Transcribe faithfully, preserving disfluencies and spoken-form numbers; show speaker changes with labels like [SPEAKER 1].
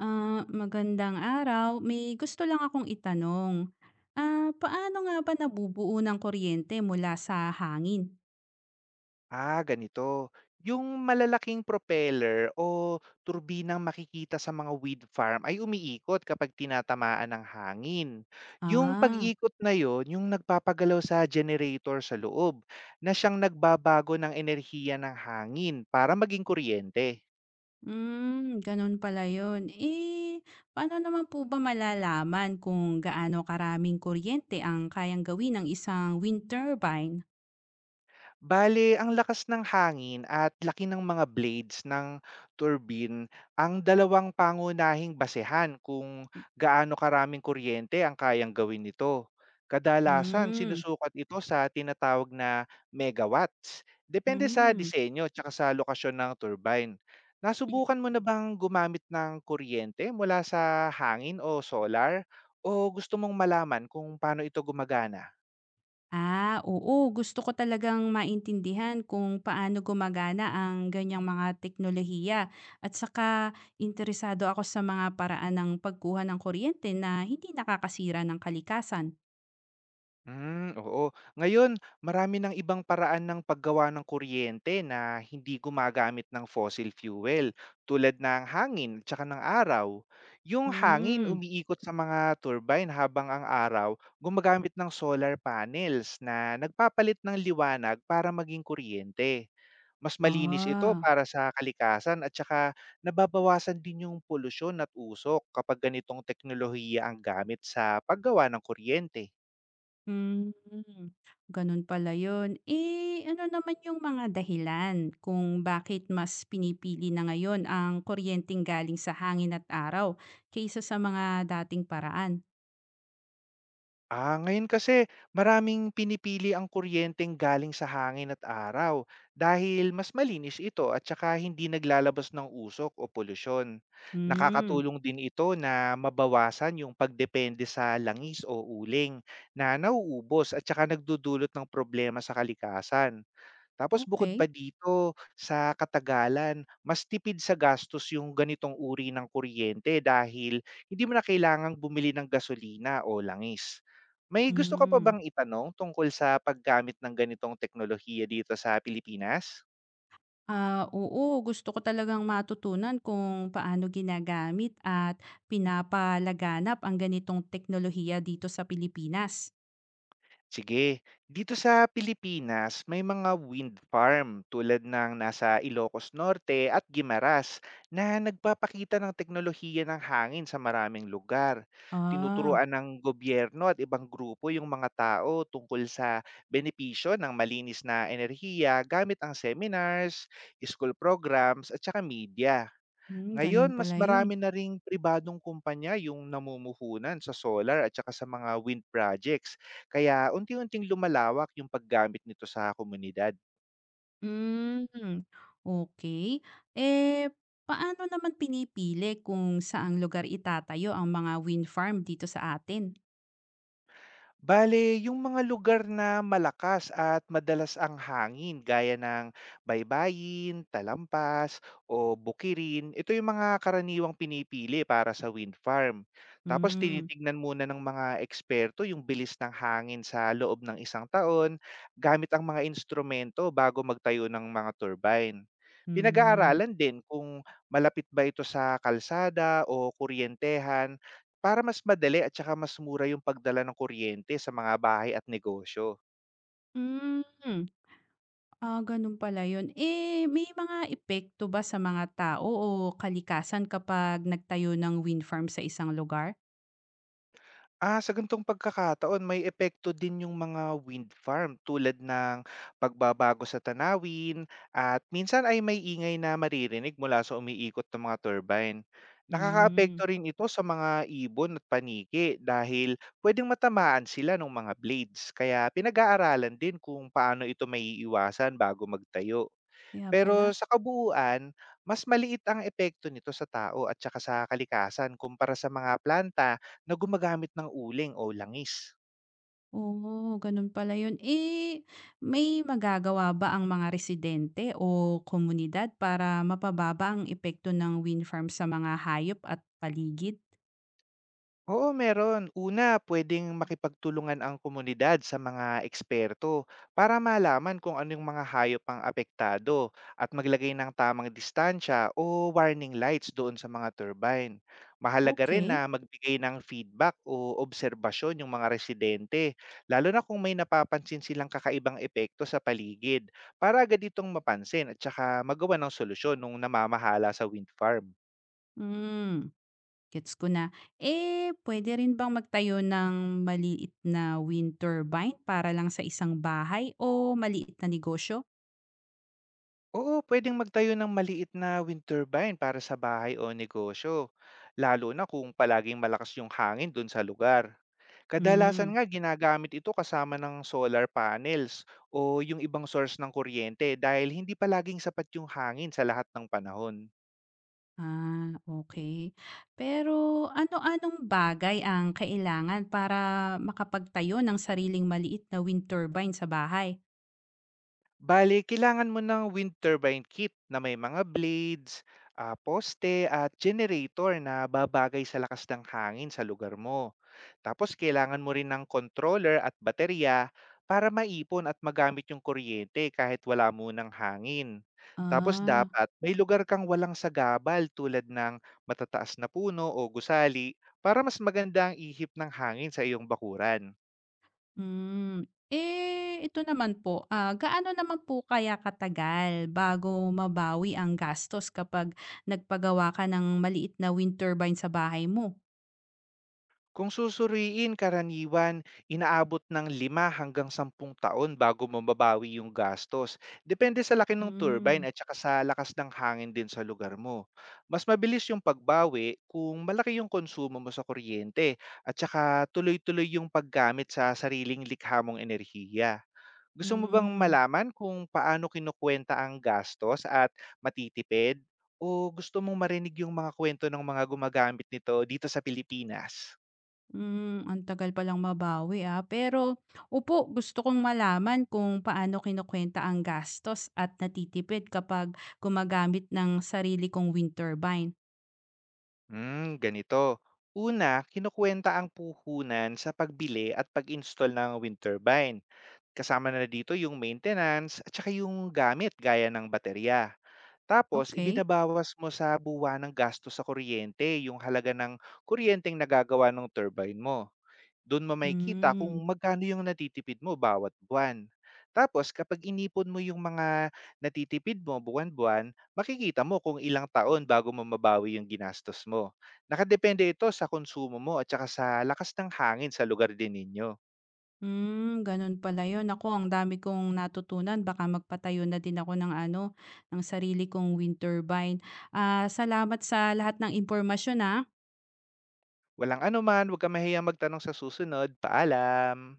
[SPEAKER 1] Ah, magandang araw. May gusto lang akong itanong. Ah, paano nga ba nabubuo ng kuryente mula sa hangin?
[SPEAKER 2] Ah, ganito. Yung malalaking propeller o turbinang makikita sa mga wind farm ay umiikot kapag tinatamaan ng hangin. Yung
[SPEAKER 1] Ah,
[SPEAKER 2] pag-ikot na yon, yung nagpapagalaw sa generator sa loob, na siyang nagbabago ng enerhiya ng hangin para maging kuryente.
[SPEAKER 1] mm, ganun pala yun. Eh, paano naman po ba malalaman kung gaano karaming kuryente ang kayang gawin ng isang wind turbine?
[SPEAKER 2] Bale, ang lakas ng hangin at laki ng mga blades ng turbine ang dalawang pangunahing basehan kung gaano karaming kuryente ang kayang gawin nito. Kadalasan,
[SPEAKER 1] Hmm,
[SPEAKER 2] sinusukat ito sa tinatawag na megawatts, depende sa
[SPEAKER 1] hmm.
[SPEAKER 2] disenyo at sa lokasyon ng turbine. Nasubukan mo na bang gumamit ng kuryente mula sa hangin o solar? O gusto mong malaman kung paano ito gumagana?
[SPEAKER 1] Ah, oo. Gusto ko talagang maintindihan kung paano gumagana ang ganyang mga teknolohiya. At saka interesado ako sa mga paraan ng pagkuha ng kuryente na hindi nakakasira ng kalikasan.
[SPEAKER 2] Hmm, oo. Ngayon, marami ng ibang paraan ng paggawa ng kuryente na hindi gumagamit ng fossil fuel, tulad ng hangin at saka ng araw. Yung hangin
[SPEAKER 1] Hmm.
[SPEAKER 2] umiikot sa mga turbine, habang ang araw gumagamit ng solar panels na nagpapalit ng liwanag para maging kuryente. Mas malinis ito
[SPEAKER 1] Ah.
[SPEAKER 2] para sa kalikasan, at saka nababawasan din yung polusyon at usok kapag ganitong teknolohiya ang gamit sa paggawa ng kuryente.
[SPEAKER 1] Hmm. Ganun pala yun. Eh, ano naman yung mga dahilan kung bakit mas pinipili na ngayon ang kuryenteng galing sa hangin at araw kaysa sa mga dating paraan?
[SPEAKER 2] Ah, ngayon kasi maraming pinipili ang kuryenteng galing sa hangin at araw, dahil mas malinis ito at saka hindi naglalabas ng usok o polusyon.
[SPEAKER 1] Hmm.
[SPEAKER 2] Nakakatulong din ito na mabawasan yung pagdepende sa langis o uling na nauubos at saka nagdudulot ng problema sa kalikasan. Tapos, bukod
[SPEAKER 1] Okay.
[SPEAKER 2] pa dito, sa katagalan, mas tipid sa gastos yung ganitong uri ng kuryente, dahil hindi mo na kailangang bumili ng gasolina o langis. May gusto ka pa
[SPEAKER 1] Hmm.
[SPEAKER 2] bang itanong tungkol sa paggamit ng ganitong teknolohiya dito sa Pilipinas?
[SPEAKER 1] Ah, oo, gusto ko talagang matutunan kung paano ginagamit at pinapalaganap ang ganitong teknolohiya dito sa Pilipinas.
[SPEAKER 2] Sige, dito sa Pilipinas may mga wind farm tulad ng nasa Ilocos Norte at Guimaras na nagpapakita ng teknolohiya ng hangin sa maraming lugar.
[SPEAKER 1] Ah,
[SPEAKER 2] Tinuturuan ng gobyerno at ibang grupo yung mga tao tungkol sa benepisyo ng malinis na enerhiya gamit ang seminars, school programs at saka media.
[SPEAKER 1] hmm, ganun
[SPEAKER 2] Ngayon, mas
[SPEAKER 1] pala
[SPEAKER 2] marami
[SPEAKER 1] yun.
[SPEAKER 2] na ring pribadong kumpanya yung namumuhunan sa solar at saka sa mga wind projects, kaya unti-unting lumalawak yung paggamit nito sa komunidad.
[SPEAKER 1] Hmm, okay. Eh, paano naman pinipili kung saang lugar itatayo ang mga wind farm dito sa atin?
[SPEAKER 2] Bale, yung mga lugar na malakas at madalas ang hangin, gaya ng baybayin, talampas o bukirin, ito yung mga karaniwang pinipili para sa wind farm. Tapos,
[SPEAKER 1] Hmm.
[SPEAKER 2] tinitignan muna ng mga eksperto yung bilis ng hangin sa loob ng isang taon gamit ang mga instrumento bago magtayo ng mga turbine.
[SPEAKER 1] Hmm.
[SPEAKER 2] Pinag-aaralan din kung malapit ba ito sa kalsada o kuryentehan, para mas madali at saka mas mura yung pagdala ng kuryente sa mga bahay at negosyo.
[SPEAKER 1] Hmm. Ah, ganun pala yun. Eh, may mga epekto ba sa mga tao o kalikasan kapag nagtayo ng wind farm sa isang lugar?
[SPEAKER 2] Ah, sa ganitong pagkakataon, may epekto din yung mga wind farm, tulad ng pagbabago sa tanawin at minsan ay may ingay na maririnig mula sa umiikot ng mga turbine.
[SPEAKER 1] Hmm,
[SPEAKER 2] Nakakaapekto rin ito sa mga ibon at paniki, dahil pwedeng matamaan sila ng mga blades, kaya pinag-aaralan din kung paano ito may maiiwasan bago magtayo.
[SPEAKER 1] kaya
[SPEAKER 2] Pero
[SPEAKER 1] pala.
[SPEAKER 2] sa kabuuan, mas maliit ang epekto nito sa tao at saka sa kalikasan kumpara sa mga planta na gumagamit ng uling o langis.
[SPEAKER 1] Oo, ganun pala yun. Eh, may magagawa ba ang mga residente o komunidad para mapababa ang epekto ng wind farm sa mga hayop at paligid?
[SPEAKER 2] Oo, meron. Una, pwedeng makipagtulungan ang komunidad sa mga eksperto para malaman kung anong mga hayop ang apektado, at maglagay ng tamang distansya o warning lights doon sa mga turbine. Mahalaga rin
[SPEAKER 1] Okay.
[SPEAKER 2] na magbigay ng feedback o obserbasyon yung mga residente, lalo na kung may napapansin silang kakaibang epekto sa paligid, para agad itong mapansin at saka magawa ng solusyon nung namamahala sa wind farm.
[SPEAKER 1] Hmm. Gets ko na. Eh, puwede rin bang magtayo ng maliit na wind turbine para lang sa isang bahay o maliit na negosyo?
[SPEAKER 2] Oo, pwedeng magtayo ng maliit na wind turbine para sa bahay o negosyo, lalo na kung palaging malakas yung hangin do'n sa lugar. Kadalasan
[SPEAKER 1] Hmm.
[SPEAKER 2] nga, ginagamit ito kasama ng solar panels o yung ibang source ng kuryente, dahil hindi palaging sapat yung hangin sa lahat ng panahon.
[SPEAKER 1] Ah, okay. Pero ano-anong bagay ang kailangan para makapagtayo ng sariling maliit na wind turbine sa bahay?
[SPEAKER 2] Bale, kailangan mo ng wind turbine kit na may mga blades, ah, poste at generator na babagay sa lakas ng hangin sa lugar mo. Tapos, kailangan mo rin ng controller at baterya para maipon at magamit yung kuryente kahit wala munang hangin. Tapos,
[SPEAKER 1] Ah.
[SPEAKER 2] dapat may lugar kang walang sagabal, tulad ng matataas na puno o gusali, para mas maganda ang ihip ng hangin sa iyong bakuran.
[SPEAKER 1] Hmm. Eh, ito naman po, ah, gaano naman po kaya katagal bago mabawi ang gastos kapag nagpagawa ka ng maliit na wind turbine sa bahay mo?
[SPEAKER 2] Kung susuriin, karaniwan inaabot ng lima hanggang sampung taon bago mababawi yung gastos, depende sa laki ng
[SPEAKER 1] Hmm,
[SPEAKER 2] turbine at saka sa lakas ng hangin din sa lugar mo. Mas mabilis yung pagbawi kung malaki yung konsumo mo sa kuryente at saka tuloy-tuloy yung paggamit sa sariling likha mong enerhiya. Gusto mo bang
[SPEAKER 1] hmm,
[SPEAKER 2] malaman kung paano kinukwenta ang gastos at matitipid? O gusto mong marinig yung mga kwento ng mga gumagamit nito dito sa Pilipinas?
[SPEAKER 1] hmm, ang tagal palang mabawi, ah. Pero opo, gusto kong malaman kung paano kinukuwenta ang gastos at natitipid kapag gumagamit ng sarili kong wind turbine.
[SPEAKER 2] Hmm, ganito. Una, kinukuwenta ang puhunan sa pagbili at pag-install ng wind turbine. Kasama na dito yung maintenance at saka yung gamit gaya ng baterya. Tapos,
[SPEAKER 1] Okay.
[SPEAKER 2] ibinabawas mo sa buwan ng gasto sa kuryente yung halaga ng kuryenteng nagagawa ng turbine mo. Do'n mo makikita kung
[SPEAKER 1] Hmm.
[SPEAKER 2] magkano yung natitipid mo bawat buwan. Tapos, kapag inipon mo yung mga natitipid mo buwan-buwan, makikita mo kung ilang taon bago mo mabawi yung ginastos mo. Nakadepende ito sa konsumo mo at saka sa lakas ng hangin sa lugar din ninyo.
[SPEAKER 1] Hmm, ganun pala yun. Ako ang dami kong natutunan. Baka magpatayo na din ako ng ano, ng sarili kong wind turbine. Ah, salamat sa lahat ng impormasyon, ah.
[SPEAKER 2] Walang anuman, 'wag kang mahiyang magtanong sa susunod. Paalam.